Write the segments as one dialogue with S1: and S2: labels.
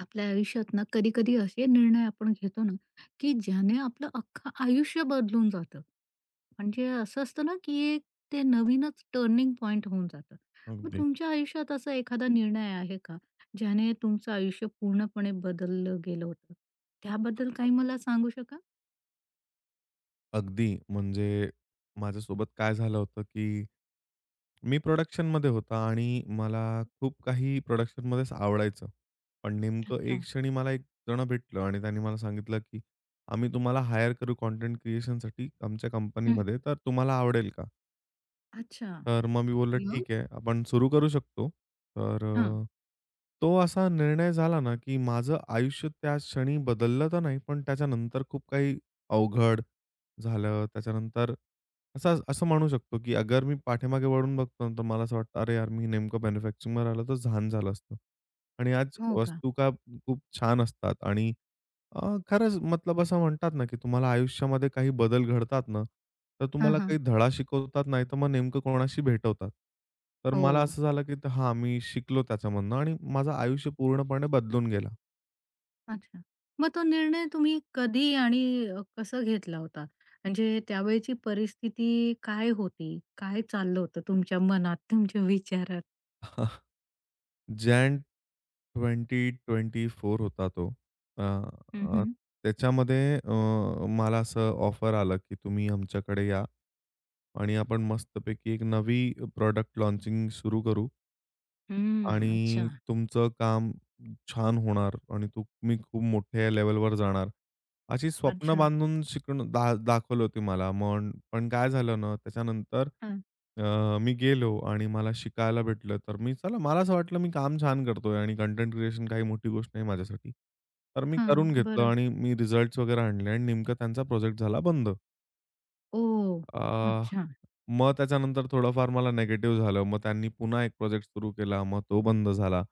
S1: आपल्या आयुष्यात ना कधी-कधी असे निर्णय आपण घेतो ना, की ज्याने आपलं अख्खं आयुष्य बदलून जातं. म्हणजे असं असतं ना, की एक ते नवीनच टर्निंग पॉइंट होऊन जातं. मग
S2: अगदी,
S1: तुमच्या आयुष्यात असा एखादा निर्णय आहे का, ज्याने तुमचं आयुष्य पूर्णपणे बदललं गेलं होतं? त्याबद्दल काही मला सांगू शकाल?
S2: अगदी. म्हणजे माझ्यासोबत काय झालं होतं, की मी प्रोडक्शनमध्ये होता आणि मला खूप काही प्रोडक्शनमध्येच आवडायचं. पण नेमकं
S1: अच्छा.
S2: एक क्षणी मला एक जण भेटलं आणि त्याने मला सांगितलं, की "आम्ही तुम्हाला हायर करू कंटेंट क्रिएशनसाठी आमच्या
S1: हं.
S2: कंपनीमध्ये, तर तुम्हाला आवडेल का?"
S1: अच्छा.
S2: तर मग मी बोललो,
S1: मग?
S2: "ठीक आहे, आपण सुरू करू शकतो." तर
S1: हां.
S2: अ, तो असा निर्णय झाला ना, की माझं आयुष्य त्या क्षणी बदललं तर नाही, पण त्याच्यानंतर खूप काही अवघड झालं. त्याच्यानंतर असं असं म्हणू शकतो, की अगर मी पाठीमागे वळून बघतो ना, तर मला असं वाटतं, "अरे यार, मी नेमकं मॅन्युफॅक्चरिंगमध्ये राहिलो तर छान झालं असतं." आणि आज
S1: हो का?
S2: वस्तू का खूप छान असतात आणि खरंच मतलब असं म्हणतात ना, की तुम्हाला आयुष्यामध्ये काही बदल घडतात ना, तर
S1: हां,
S2: तुम्हाला
S1: हां.
S2: काही धडा शिकवतात, नाही तर मग नेमकं कोणाशी भेटवतात. तर मला
S1: हो.
S2: असं झालं, की हां, मी शिकलो त्याच्यामधनं आणि माझं आयुष्य पूर्णपणे बदलून गेला।
S1: अच्छा. मग तो निर्णय तुम्ही कधी आणि कसं घेतला होता? म्हणजे त्यावेळची परिस्थिती काय होती? काय चाललं होतं तुमच्या मनात, तुमच्या विचारात?
S2: जॅन 2024 होता तो. अ,
S1: हं,
S2: अ,
S1: हं.
S2: त्याच्यामध्ये मला असं ऑफर आलं, की तुम्ही आमच्याकडे या आणि आपण मस्तपैकी एक नवी प्रॉडक्ट लॉन्चिंग सुरू करू.
S1: हं. अच्छा.
S2: आणि तुमचं काम छान होणार आणि तुम्ही खूप मोठ्या लेव्हलवर जाणार. अशी
S1: पण
S2: स्वप्न
S1: अच्छा.
S2: बांधून शिकणं दाखवली होती मला. मग पण काय झालं ना, त्याच्यानंतर
S1: हां.
S2: मी गेलो आणि मला शिकायला भेटलं. तर मी चला मला असं वाटलं मी काम छान करतोय आणि कंटेंट क्रिएशन काही मोठी गोष्ट नाही माझ्यासाठी. तर मी
S1: हां.
S2: करून घेतलं
S1: बरं.
S2: आणि मी रिझल्ट्स वगैरे आणले आणि नेमकं त्यांचा प्रोजेक्ट झाला बंद.
S1: ओह!
S2: अ
S1: अच्छा.
S2: मग त्याच्यानंतर थोडंफार मला निगेटिव्ह झालं. मग त्यांनी पुन्हा एक प्रोजेक्ट सुरू केला. मग तो बंद झाला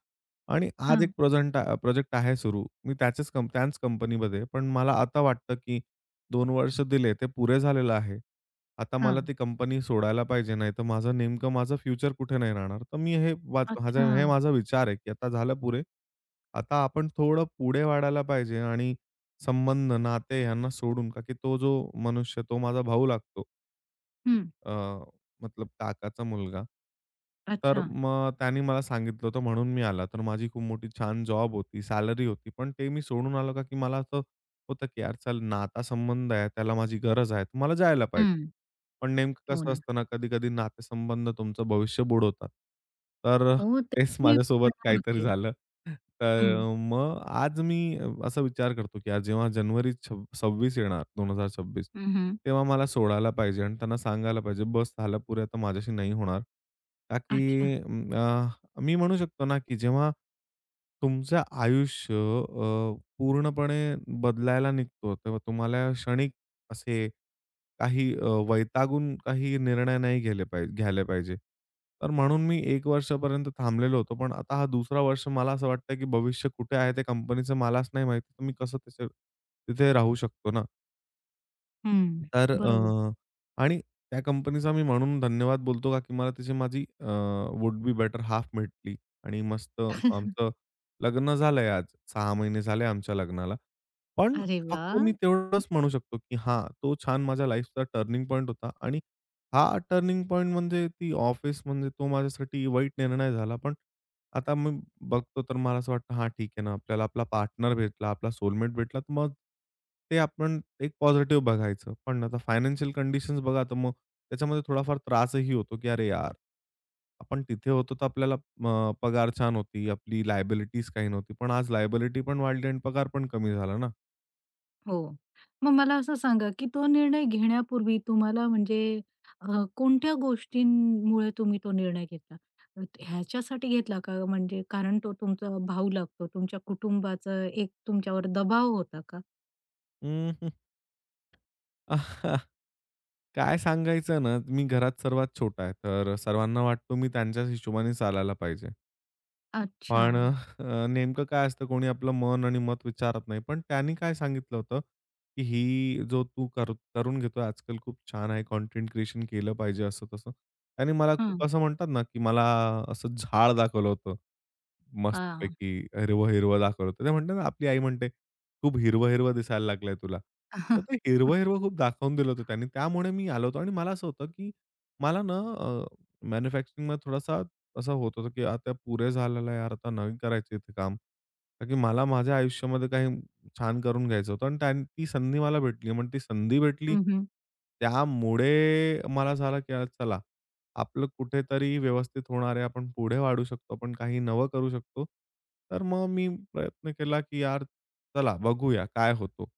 S2: आणि आज एक
S1: हां.
S2: प्रोजेक्ट आहे सुरू. मी त्याच्याच त्याच कंपनीमध्ये. पण मला आता वाटतं, की दोन वर्ष दिले ते पुरे झालेलं आहे. आता मला
S1: हां.
S2: ती कंपनी सोडायला पाहिजे. नाहीतर माझं नेमकं फ्युचर कुठे नाही राहणार. तर मी हे वाच
S1: अच्छा.
S2: माझा हे माझा विचार आहे, की आता झालं पुरे. आता आपण थोडं पुढे वाढायला पाहिजे आणि संबंध, नाते यांना सोडून का की तो जो मनुष्य तो माझा भाऊ लागतो.
S1: हं.
S2: अ, मतलब काकाचा मुलगा. तर
S1: अच्छा.
S2: मग त्याने मला सांगितलं होतं म्हणून मी आला. तर माझी खूप मोठी छान जॉब होती, सॅलरी होती. पण ते मी सोडून आलो का की मला असं होतं की यार चल नातासंबंध आहे, त्याला माझी गरज आहे, तर मला जायला पाहिजे.
S1: हं.
S2: पण नेमकं
S1: हो
S2: कसं
S1: ना.
S2: असतं ना कधी-कधी नातेसंबंध तुमचं भविष्य बुडवतात. तर
S1: हो, तेच
S2: तेच
S1: मी
S2: माझ्यासोबत
S1: विचारणार
S2: काहीतरी
S1: होते.
S2: झालं.
S1: हं.
S2: मग आज मी असा विचार करतो, की आज जेव्हा जानेवारी 26 येणार 2026
S1: हं,
S2: तेव्हा मला सोडायला पाहिजे आणि त्यांना सांगायला पाहिजे, "बस झालं पुरे आता माझ्याशी नाही होणार." का
S1: अच्छा.
S2: की मी म्हणू शकतो ना, की जेव्हा तुमचं आयुष्य पूर्णपणे बदलायला निघतो, तेव्हा तुम्हाला क्षणिक असे काही वैतागून काही निर्णय नाही गेले पाहिजे घ्यायला पाहिजे. तर म्हणून मी 1 वर्षापर्यंत थांबलेलो होतो. पण आता हा दुसरा वर्ष मला असं वाटतं, की भविष्य कुठे आहे? त्या कंपनीचं मलाच नाही माहिती. तर मी कसं तिथे राहू शकतो ना?
S1: हं.
S2: तर
S1: बरोबर.
S2: अ, आणि त्या कंपनीचा मी म्हणून धन्यवाद बोलतो का, की मला त्याची माझी वुड बी बेटर हाफ भेटली आणि मस्त आमचं लग्न झालंय आज. 6 महिने झाले आमच्या लग्नाला. पण
S1: अरे
S2: फक्त
S1: वाह!
S2: मी तेवढंच म्हणू शकतो, की हां, तो छान माझ्या लाईफचा टर्निंग पॉइंट होता आणि हा टर्निंग पॉइंट म्हणजे ती ऑफिस म्हणजे तो माझ्यासाठी वाईट निर्णय झाला. पण आता मी बघतो तर मला असं वाटतं, हां, ठीक आहे ना, आपल्याला आपला पार्टनर भेटला, आपला सोलमेट भेटला, तर मग ते आपण एक पॉझिटिव्ह बघायचं. पण आता फायनान्शियल कंडिशन्स बघा, तर मग त्याच्यामध्ये थोडाफार त्रासही होतो, की "अरे यार, आपण तिथे होतो तर आपल्याला पगार छान होती, आपली लायबिलिटीज काही नव्हती. पण आज लायबिलिटी पण वाढली आणि पगार पण कमी झाला ना."
S1: हो. मग मला असं सांगा, की तो निर्णय घेण्यापूर्वी तुम्हाला म्हणजे कोणत्या गोष्टींमुळे तुम्ही तो निर्णय घेतला? अ, ह्याच्यासाठी घेतला का? म्हणजे कारण तो तुमचा भाऊ लागतो, तुमच्या कुटुंबाचा एक तुमच्यावर दबाव होता का?
S2: अं, हं. काय सांगायचं ना, मी घरात सर्वात छोटा आहे, तर सर्वांना वाटतो मी त्यांच्याच हिशोबाने चालायला पाहिजे.
S1: अच्छा.
S2: पण नेमकं काय असतं कोणी आपलं मन आणि मत विचारत नाही. पण त्यांनी काय सांगितलं होतं, की ही जो तू करून घेतोय आजकाल खूप छान आहे. कंटेंट क्रिएशन केलं पाहिजे असं-तसं. त्याने मला
S1: हं.
S2: खूप असं म्हणतात ना, की मला असं झाड दाखवलं होतं.
S1: हां.
S2: मस्तपैकी हिरवं-हिरवं दाखवलं होतं. ते म्हणतात ना, आपली आई म्हणते, "खूप हिरवं-हिरवं दिसायला लागलंय तुला." तर ते हिरवं-हिरवं खूप दाखवून दिलं होतं त्यांनी. त्यामुळे मी आलो होतो आणि मला असं होतं, की मला ना मॅन्युफॅक्चरिंगमध्ये थोडासा असा होत होता, की आता पुरे झालेलं आहे यार, आता नाही करायचं इथे काम. कारण की मला माझ्या आयुष्यामध्ये काही छान करून घ्यायचं होतं आणि ती संधी मला भेटली. मग ती संधी भेटली,
S1: हं, हं.
S2: त्यामुळे मला झालं, की "अरे चला आपलं कुठेतरी व्यवस्थित होणार आहे. आपण पुढे वाढू शकतो. आपण काही नवं करू शकतो. तर मग मी प्रयत्न केला, की यार चला बघूया काय होतो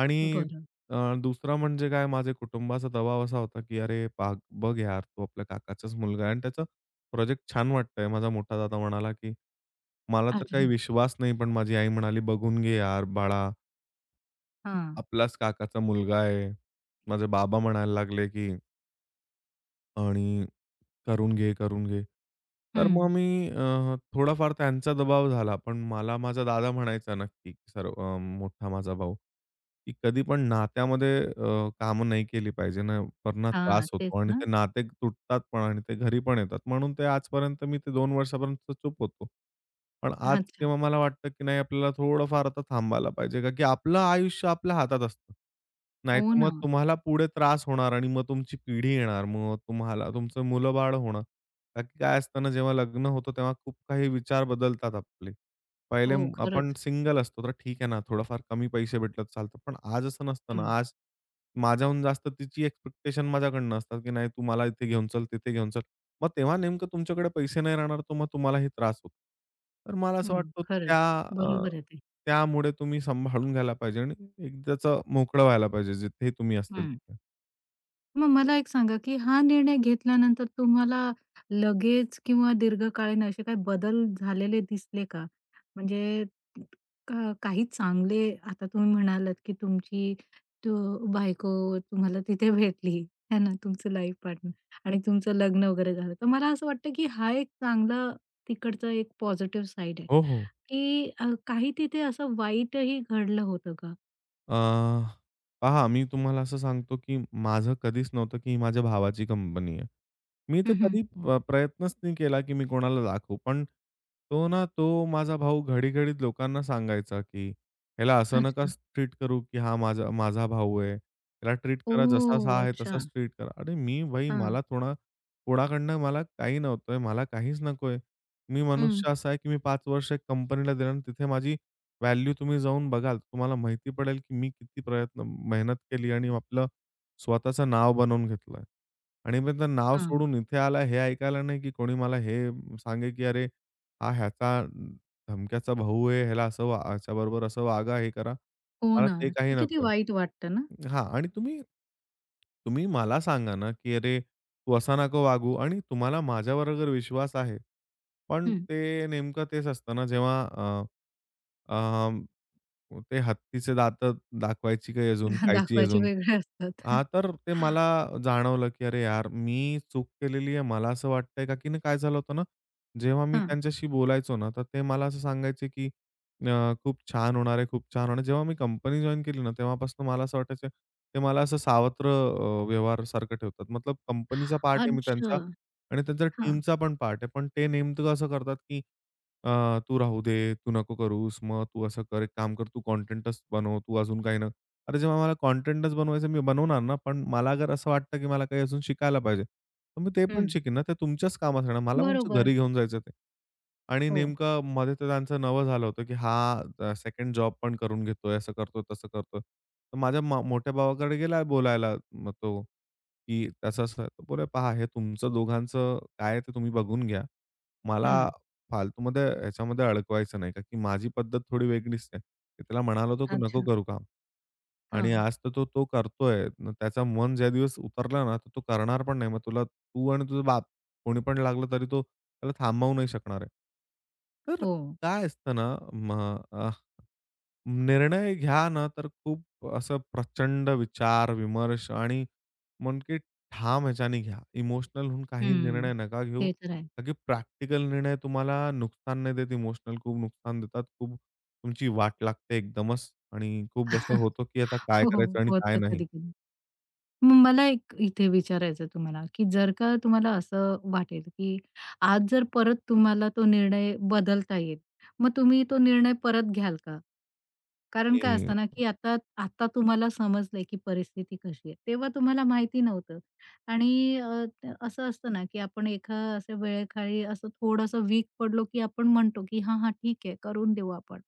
S2: आणि
S1: बरं.
S2: दुसरा म्हणजे काय माझ्या कुटुंबाचा दबाव असा होता, की "अरे, बघ यार, तो आपल्या काकाचाच मुलगा आहे आणि त्याचं प्रोजेक्ट छान वाटतंय." माझा मोठा दादा म्हणाला, की "मला तर
S1: अच्छा.
S2: काही विश्वास नाही." पण माझी आई म्हणाली, "बघून घे यार बाळा,
S1: हां.
S2: आपलाच काकाचा मुलगा आहे." माझे बाबा म्हणायला लागले, की आणि करून घे, करून घे. तर
S1: हं.
S2: मग मी अ, थोडाफार त्यांचा दबाव झाला. पण मला माझा दादा म्हणायचा नक्की सर्व मोठा माझा भाऊ, की कधी पण नात्यामध्ये कामं नाही केली पाहिजे ना, वरना
S1: हां,
S2: त्रास
S1: तेच
S2: होतो आणि
S1: ना.
S2: ते नाते तुटतात पण आणि ते घरी पण येतात. म्हणून ते आजपर्यंत मी ते 2 वर्षापर्यंत चूप होतो. पण आज
S1: अच्छा.
S2: तेव्हा मला वाटतं, की नाही आपल्याला थोडंफार आता थांबायला पाहिजे, का की आपलं आयुष्य आपल्या हातात असतं.
S1: हो
S2: नाहीतर मग
S1: ना.
S2: तुम्हाला पुढे त्रास होणार आणि मग तुमची पिढी येणार. मग तुम्हाला तुमचं मुलं-बाळ होणार. कारण की काय असतं ना, जेव्हा लग्न होतं तेव्हा खूप काही विचार बदलतात आपले.
S1: हो,
S2: आपण
S1: खरंच.
S2: सिंगल असतो तर ठीक आहे ना, थोडंफार कमी पैसे भेटले तर चालतं. पण आज असं नसतं
S1: हं,
S2: ना, आज माझ्याहून जास्त तिची एक्स्पेक्टेशन माझ्याकडनं असतात, की नाही तू मला इथे घेऊन चल, तिथे घेऊन चल. मग तेव्हा नेमकं तुमच्याकडे पैसे नाही राहणार, तर मग तुम्हालाही त्रास होतो. तर मला असं
S1: हं.
S2: वाटतं
S1: खरंच.
S2: अ,
S1: बरोबर आहे ते.
S2: त्यामुळे तुम्ही सांभाळून घ्यायला पाहिजे आणि एकदाचं मोकळं व्हायला पाहिजे जिथे तुम्ही असता
S1: हं.
S2: तिथे.
S1: मग मला एक सांगा, की हा निर्णय घेतल्यानंतर तुम्हाला लगेच किंवा दीर्घकालीन असे काही बदल झालेले दिसले का? म्हणजे का काही चांगले आता तुम्ही म्हणालात, की तुमची तो बायको तुम्हाला तिथे भेटली, आहे ना, तुमचं लाईफ पार्टनर आणि तुमचं लग्न वगैरे झालं. तर मला असं वाटतं, की हा एक चांगला तिकडचा एक पॉझिटिव्ह साइड आहे,
S2: हो, हो.
S1: की काही तिथे असं वाईटही घडलं होतं का?
S2: अ, पहा मी तुम्हाला असं सांगतो, की माझं कधीच नव्हतं, की ही माझ्या भावाची कंपनी आहे. मी तर
S1: हं, हं.
S2: कधी प्रयत्नच नाही केला, की मी कोणाला दाखवू. पण तो माझा भाऊ घडी-घडी लोकांना सांगायचा, की "ह्याला असं नका
S1: अच्छा.
S2: ट्रीट करू, की हा माझा माझा भाऊ आहे. त्याला ट्रीट करा जसाच हा
S1: ओह!
S2: आहे
S1: अच्छा.
S2: तसाच ट्रीट करा." अरे मी भाई
S1: हां.
S2: मला थोडा कोणाकडनं मला काही नव्हतंय. मला काहीच नकोय. मी मनुष्य असा आहे, की मी 5 वर्ष कंपनीला दिलं तिथे माझी व्हॅल्यू तुम्ही जाऊन बघाल. तुम्हाला माहिती पडेल, की मी किती प्रयत्न मेहनत केली आणि आपलं स्वतःचं नाव बनवून घेतलंय. आणि मग ते नाव
S1: हां.
S2: सोडून इथे आला हे ऐकायला नाही, की कोणी मला हे सांगे, की "अरे, हा ह्याचा धमक्याचा भाऊ आहे. ह्याला असं वा ह्याच्याबरोबर असं वागा, हे करा."
S1: हो
S2: मला
S1: ना.
S2: ते काही
S1: ते किती
S2: नको
S1: वाईट
S2: आहे.
S1: वाटतं ना?
S2: हां आणि तुम्ही तुम्ही मला सांगा ना, की "अरे, तू असा नको वागू" आणि तुम्हाला माझ्यावर अगर विश्वास आहे. पण
S1: हं.
S2: ते नेमकं तेच असतं ना जेव्हा अ, अ, ते हत्तीचे दात दाखवायची, काही अजून खायची
S1: दाखवायचे
S2: अजून.
S1: वेगळे असतात.
S2: हां, तर ते मला जाणवलं, की अरे यार, मी चूक केलेली आहे. मला असं वाटतंय का, की ना काय झालं होतं ना, जेव्हा मी
S1: हां.
S2: त्यांच्याशी बोलायचो ना, तर ते मला असं सांगायचे, की खूप छान होणार आहे, खूप छान होणार आहे. जेव्हा मी कंपनी जॉइन केली ना, तेव्हापासून मला असं वाटायचं, ते मला असं सावत्र व्यवहारासारखं ठेवतात. मतलब कंपनीचा पार्ट आहे मी
S1: अच्छा.
S2: त्यांचा आणि त्यांचा
S1: हां.
S2: टीमचा पण पार्ट आहे. पण ते नेमकं असं करतात, की अ, "तू राहू दे, तू नको करूस. मग तू असं कर, एक काम कर, तू कंटेंटच बनव, तू अजून काही अरे, जेव्हा मला कंटेंटच बनवायचं मी बनवणार ना, पण मला अगर असं वाटतं, की मला काही अजून शिकायला पाहिजे, तर मी ते पण
S1: हं.
S2: शिकेन ना. ते तुमच्याच कामात राहणार. मला कोणचं
S1: बरोबर.
S2: घरी घेऊन जायचं ते. आणि
S1: हो.
S2: नेमकं मध्ये तर त्यांचं नवं झालं होतं, की हा सेकंड जॉब पण करून घेतोय, असं करतोय, तसं करतोय. तर माझ्या म मोठ्या भावाकडे गेला बोलायला मग तो, की असं-असं तो बोलला, "पहा हे तुमचं दोघांचं काय ते तुम्ही बघून घ्या. मला
S1: हं.
S2: फालतूमध्ये ह्याच्यामध्ये अडकवायचं नाही, का की माझी पद्धत थोडी वेगळीच आहे." मी त्याला म्हणालो होतो, की "नको
S1: अच्छा.
S2: करू काम." आणि
S1: हां.
S2: आज तर तो तो करतोय. मग त्याचं मन ज्या दिवस उतरलं ना, तर तो करणार पण नाही. मग तुला तू आणि तुझा बाप कोणी पण लागलं तरी तो त्याला थांबवू नाही शकणार आहे. तर
S1: हो.
S2: काय असतं ना, निर्णय घ्या ना, तर खूप असं प्रचंड विचार, विमर्श आणि म्हणून की ठाम ह्याच्याने घ्या. इमोशनल होऊन काही
S1: हं.
S2: निर्णय नका घेऊ.
S1: ते तर आहे.
S2: कारण की प्रॅक्टिकल निर्णय तुम्हाला नुकसान नाही देत. इमोशनल खूप नुकसान देतात. खूप तुमची वाट लागते एकदमच आणि खूप असं होतं की आता काय
S1: हो,
S2: करायचं आणि काय
S1: होतं
S2: नाही.
S1: कधी-कधी. मग मला एक इथे विचारायचं तुम्हाला, की जर का तुम्हाला असं वाटेल, की आज जर परत तुम्हाला तो निर्णय बदलता येईल, मग तुम्ही तो निर्णय परत घ्याल का? कारण काय असतं ना, की आता आता तुम्हाला समजलंय, की परिस्थिती कशी आहे. तेव्हा तुम्हाला माहिती नव्हतं आणि असं असतं ना, की आपण एका अशा वेळेखाली असं थोडंसं वीक पडलो, की आपण म्हणतो, की "हां, हां, ठीक आहे, करून देऊ आपण."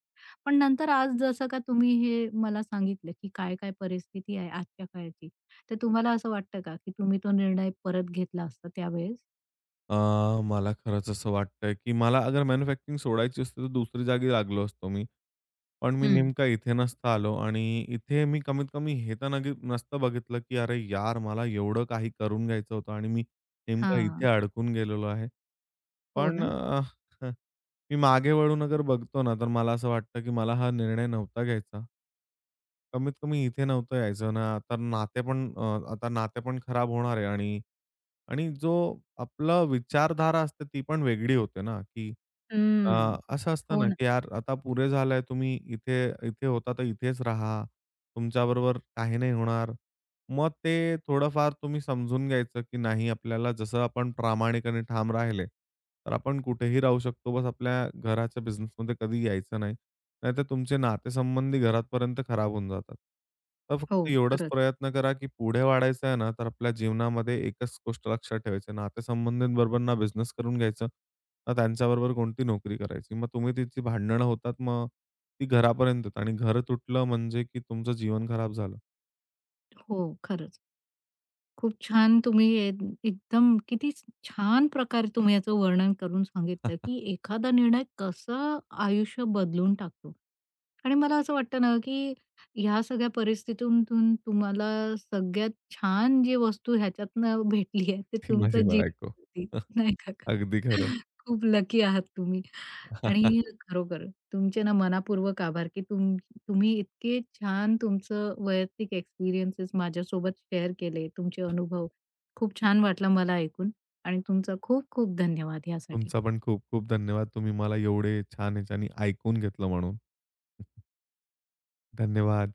S1: पण नंतर आज जसं का तुम्ही हे मला सांगितलं, की काय-काय परिस्थिती आहे आजच्या काळची, तर तुम्हाला असं वाटतं का, की तुम्ही तो निर्णय परत घेतला असता त्यावेळेस?
S2: अ, मला खरंच असं वाटतंय, की मला अगर मॅन्युफॅक्चरिंग सोडायची असती, तर दुसरी जागी लागलो असतो मी. पण मी
S1: हं.
S2: नेमका इथे नसता आलो आणि इथे मी कमीत कमी हे तर नसतं बघितलं, की अरे यार, मला एवढं काही करून घ्यायचं होतं आणि मी नेमका इथे
S1: हां.
S2: अडकून गेलेलो आहे.
S1: हो
S2: पण
S1: ना?
S2: अ, मी मागे वळून अगर बघतो ना, तर मला असं वाटतं, की मला हा निर्णय नव्हता घ्यायचा. कमीत कमी इथे नव्हतं यायचं ना. तर नाते पण अ, आता नाते पण खराब होणार आहे आणि आणि जो आपला विचारधारा असते ती पण वेगळी होते ना, की अ,
S1: हम्म.
S2: असं असतं
S1: हो
S2: ना,
S1: ना.
S2: की यार आता पुरे झालंय. तुम्ही इथे इथे होता तर इथेच राहा. तुमच्याबरोबर काही नाही होणार. मग ते थोडंफार तुम्ही समजून घ्यायचं, की नाही आपल्याला जसं आपण प्रामाणिक आणि ठाम राहिले, तर आपण कुठेही राहू शकतो. बस आपल्या घराच्या बिझनेसमध्ये कधी यायचं नाही. नाहीतर तुमचे नातेसंबंधी घरापर्यंत खराब होऊन जातात. तर
S1: हो,
S2: फक्त एवढाच
S1: खरंच.
S2: प्रयत्न करा, की पुढे वाढायचं आहे ना, तर आपल्या जीवनामध्ये एकच गोष्ट लक्षात ठेवायची. नातेसंबंधींबरोबर ना बिझनेस करून घ्यायचा, ना त्यांच्याबरोबर कोणती नोकरी करायची. मग तुम्ही तिची भांडणं होतात, मग ती घरापर्यंत येतात आणि घरं तुटलं म्हणजे की तुमचं जीवन खराब झालं.
S1: हो, खरंच. खूप छान तुम्ही एकदम किती छान प्रकारे तुम्ही याचं वर्णन करून सांगितलं, की एखादा निर्णय कसं आयुष्य बदलून टाकतो. आणि मला असं वाटतं ना, की ह्या सगळ्या परिस्थितीतून तुम्हाला सगळ्यात छान जी वस्तू ह्याच्यातनं भेटली आहे, ते
S2: ती माझी
S1: तुमचं
S2: बायको.
S1: जीवन होती, नाही का?
S2: अगदी खरं.
S1: खूप लकी आहात तुम्ही. आणि खरोखर तुमचे ना मनापूर्वक आभार, की तुम्ही इतके छान तुमचं वैयक्तिक एक्सपिरियन्सेस माझ्यासोबत शेअर केले, तुमचे अनुभव. खूप छान वाटलं मला ऐकून आणि तुमचा खूप खूप धन्यवाद यासाठी.
S2: तुमचा पण खूप खूप धन्यवाद. तुम्ही मला एवढे छान ह्याच्यानी ऐकून घेतलं म्हणून. धन्यवाद.